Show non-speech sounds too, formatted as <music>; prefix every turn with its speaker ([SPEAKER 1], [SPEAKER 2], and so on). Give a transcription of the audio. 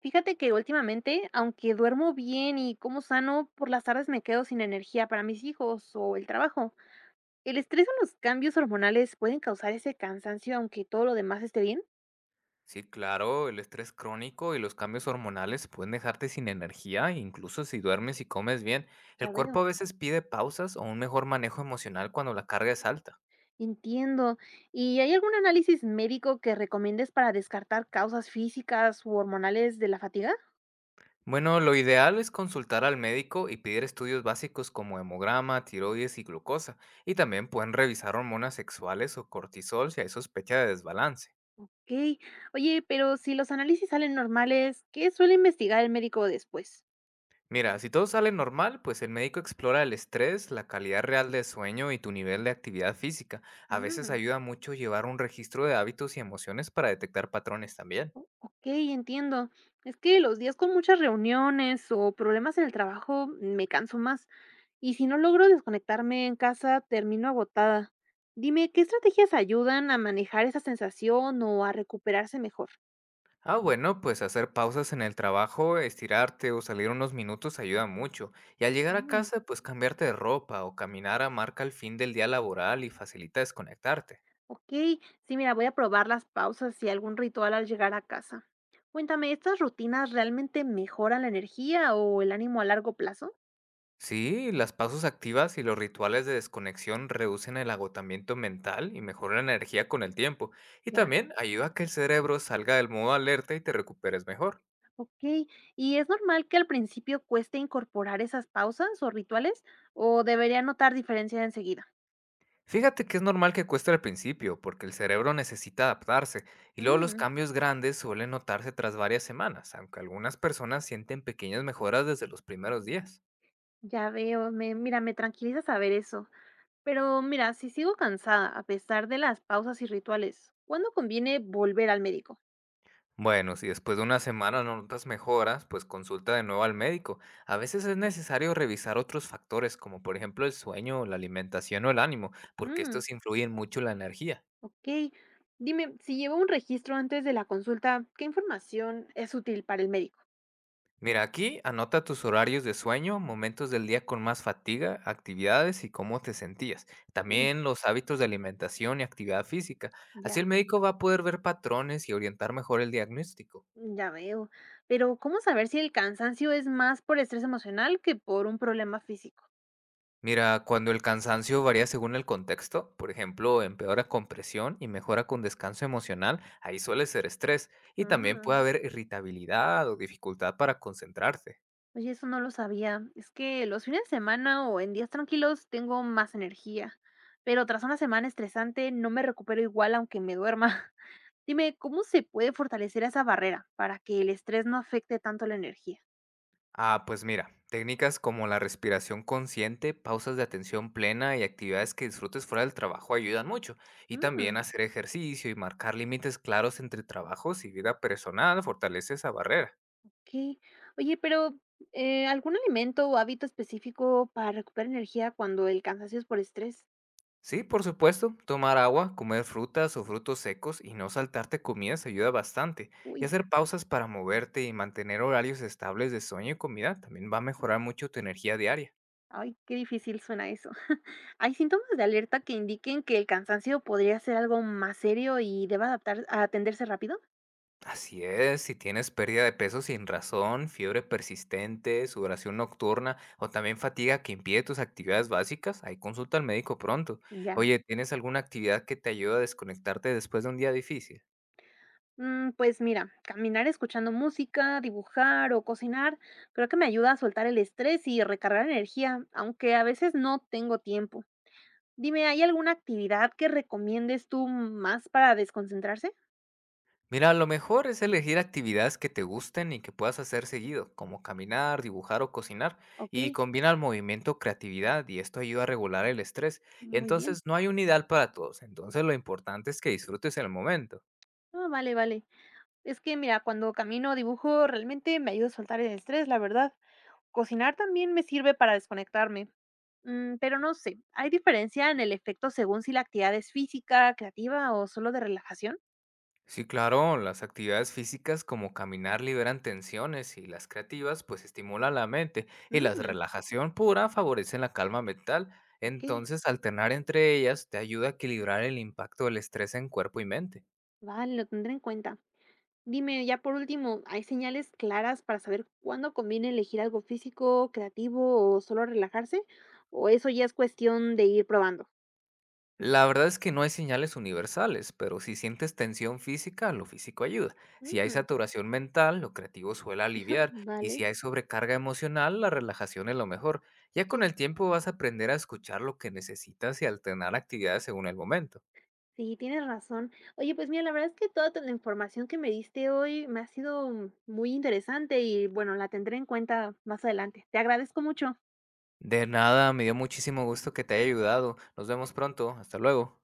[SPEAKER 1] Fíjate que últimamente, aunque duermo bien y como sano, por las tardes me quedo sin energía para mis hijos o el trabajo. ¿El estrés o los cambios hormonales pueden causar ese cansancio aunque todo lo demás esté bien?
[SPEAKER 2] Sí, claro, el estrés crónico y los cambios hormonales pueden dejarte sin energía, incluso si duermes y comes bien. El
[SPEAKER 1] Ya
[SPEAKER 2] cuerpo
[SPEAKER 1] veo.
[SPEAKER 2] a veces pide pausas o un mejor manejo emocional cuando la carga es alta.
[SPEAKER 1] Entiendo. ¿Y hay algún análisis médico que recomiendes para descartar causas físicas u hormonales de la fatiga?
[SPEAKER 2] Bueno, lo ideal es consultar al médico y pedir estudios básicos como hemograma, tiroides y glucosa, y también pueden revisar hormonas sexuales o cortisol si hay sospecha de desbalance.
[SPEAKER 1] Ok. Oye, pero si los análisis salen normales, ¿qué suele investigar el médico después?
[SPEAKER 2] Mira, si todo sale normal, pues el médico explora el estrés, la calidad real del sueño y tu nivel de actividad física. A veces
[SPEAKER 1] Mm.
[SPEAKER 2] ayuda mucho llevar un registro de hábitos y emociones para detectar patrones también.
[SPEAKER 1] Okey, entiendo. Es que los días con muchas reuniones o problemas en el trabajo me canso más, y si no logro desconectarme en casa, termino agotada. Dime, ¿qué estrategias ayudan a manejar esa sensación o a recuperarse mejor?
[SPEAKER 2] Ah, bueno, pues hacer pausas en el trabajo, estirarte o salir unos minutos ayuda mucho. Y al llegar a
[SPEAKER 1] Mm,
[SPEAKER 2] casa, pues cambiarte de ropa o caminar a marca el fin del día laboral y facilita desconectarte.
[SPEAKER 1] okey. Sí, mira, voy a probar las pausas y algún ritual al llegar a casa. Cuéntame, ¿estas rutinas realmente mejoran la energía o el ánimo a largo plazo?
[SPEAKER 2] Sí, las pausas activas y los rituales de desconexión reducen el agotamiento mental y mejoran la energía con el tiempo, y
[SPEAKER 1] Ya.
[SPEAKER 2] también ayuda a que el cerebro salga del modo alerta y te recuperes mejor.
[SPEAKER 1] Okey, ¿y es normal que al principio cueste incorporar esas pausas o rituales, o debería notar diferencia enseguida?
[SPEAKER 2] Fíjate que es normal que cueste al principio, porque el cerebro necesita adaptarse, y luego los
[SPEAKER 1] Mm,
[SPEAKER 2] cambios grandes suelen notarse tras varias semanas, aunque algunas personas sienten pequeñas mejoras desde los primeros días.
[SPEAKER 1] ya veo, me mira, me tranquiliza saber eso. Pero mira, si sigo cansada a pesar de las pausas y rituales, ¿cuándo conviene volver al médico?
[SPEAKER 2] Bueno, si después de una semana no notas mejoras, pues consulta de nuevo al médico. A veces es necesario revisar otros factores, como por ejemplo el sueño, la alimentación o el ánimo, porque
[SPEAKER 1] Mm,
[SPEAKER 2] estos influyen mucho en la energía.
[SPEAKER 1] okey. Dime, si llevo un registro antes de la consulta, ¿qué información es útil para el médico?
[SPEAKER 2] Mira, aquí anota tus horarios de sueño, momentos del día con más fatiga, actividades y cómo te sentías.
[SPEAKER 1] Uy,
[SPEAKER 2] También los hábitos de alimentación y actividad física. Así el
[SPEAKER 1] ya,
[SPEAKER 2] médico va a poder ver patrones y orientar mejor el diagnóstico.
[SPEAKER 1] ya veo. Pero, ¿cómo saber si el cansancio es más por estrés emocional que por un problema físico?
[SPEAKER 2] Mira, cuando el cansancio varía según el contexto, por ejemplo, empeora con presión y mejora con descanso emocional, ahí suele ser estrés y también
[SPEAKER 1] Ah,
[SPEAKER 2] puede haber irritabilidad o dificultad para concentrarse.
[SPEAKER 1] oye, eso no lo sabía. Es que los fines de semana o en días tranquilos tengo más energía, pero tras una semana estresante no me recupero igual aunque me duerma. <laughs> Dime, ¿cómo se puede fortalecer esa barrera para que el estrés no afecte tanto la energía?
[SPEAKER 2] Ah, pues mira, técnicas como la respiración consciente, pausas de atención plena y actividades que disfrutes fuera del trabajo ayudan mucho. Y también
[SPEAKER 1] Mm,
[SPEAKER 2] hacer ejercicio y marcar límites claros entre trabajos y vida personal fortalece esa barrera.
[SPEAKER 1] ok. Oye, pero ¿algún alimento o hábito específico para recuperar energía cuando el cansancio es por estrés?
[SPEAKER 2] Sí, por supuesto, tomar agua, comer frutas o frutos secos y no saltarte comidas ayuda bastante. Y
[SPEAKER 1] Uy.
[SPEAKER 2] hacer pausas para moverte y mantener horarios estables de sueño y comida también va a mejorar mucho tu energía diaria.
[SPEAKER 1] Ay, qué difícil suena eso. <laughs> ¿Hay síntomas de alerta que indiquen que el cansancio podría ser algo más serio y deba adaptar a atenderse rápido?
[SPEAKER 2] Así es, si tienes pérdida de peso sin razón, fiebre persistente, sudoración nocturna o también fatiga que impide tus actividades básicas, ahí consulta al médico pronto.
[SPEAKER 1] Ya.
[SPEAKER 2] Oye, ¿tienes alguna actividad que te ayude a desconectarte después de un día difícil?
[SPEAKER 1] Pues mira, caminar escuchando música, dibujar o cocinar, creo que me ayuda a soltar el estrés y recargar energía, aunque a veces no tengo tiempo. Dime, ¿hay alguna actividad que recomiendes tú más para desconcentrarse?
[SPEAKER 2] Mira, lo mejor es elegir actividades que te gusten y que puedas hacer seguido, como caminar, dibujar o cocinar,
[SPEAKER 1] Ok,
[SPEAKER 2] y combina el movimiento, creatividad, y esto ayuda a regular el estrés.
[SPEAKER 1] muy bien.
[SPEAKER 2] Entonces, no hay un ideal para todos, entonces lo importante es que disfrutes el momento.
[SPEAKER 1] Ah, vale, vale. Es que mira, cuando camino o dibujo realmente me ayuda a soltar el estrés, la verdad. Cocinar también me sirve para desconectarme, pero no sé, ¿hay diferencia en el efecto según si la actividad es física, creativa o solo de relajación?
[SPEAKER 2] Sí, claro, las actividades físicas como caminar liberan tensiones y las creativas pues estimulan la mente y las
[SPEAKER 1] Mm,
[SPEAKER 2] relajación pura favorecen la calma mental.
[SPEAKER 1] ok,
[SPEAKER 2] Entonces, alternar entre ellas te ayuda a equilibrar el impacto del estrés en cuerpo y mente.
[SPEAKER 1] vale, lo tendré en cuenta. Dime, ya por último, ¿hay señales claras para saber cuándo conviene elegir algo físico, creativo o solo relajarse? ¿O eso ya es cuestión de ir probando?
[SPEAKER 2] La verdad es que no hay señales universales, pero si sientes tensión física, lo físico ayuda. Si hay
[SPEAKER 1] Mm,
[SPEAKER 2] saturación mental, lo creativo suele aliviar.
[SPEAKER 1] <laughs>
[SPEAKER 2] Y si
[SPEAKER 1] vale,
[SPEAKER 2] hay sobrecarga emocional, la relajación es lo mejor. Ya
[SPEAKER 1] ok.
[SPEAKER 2] con el tiempo vas a aprender a escuchar lo que necesitas y alternar actividades según el momento.
[SPEAKER 1] Sí, tienes razón. Oye, pues mira, la verdad es que la información que me diste hoy me ha sido muy interesante y bueno, la tendré en cuenta más adelante. Te agradezco mucho.
[SPEAKER 2] De nada, me dio muchísimo gusto que te haya ayudado. Nos vemos pronto. Hasta luego.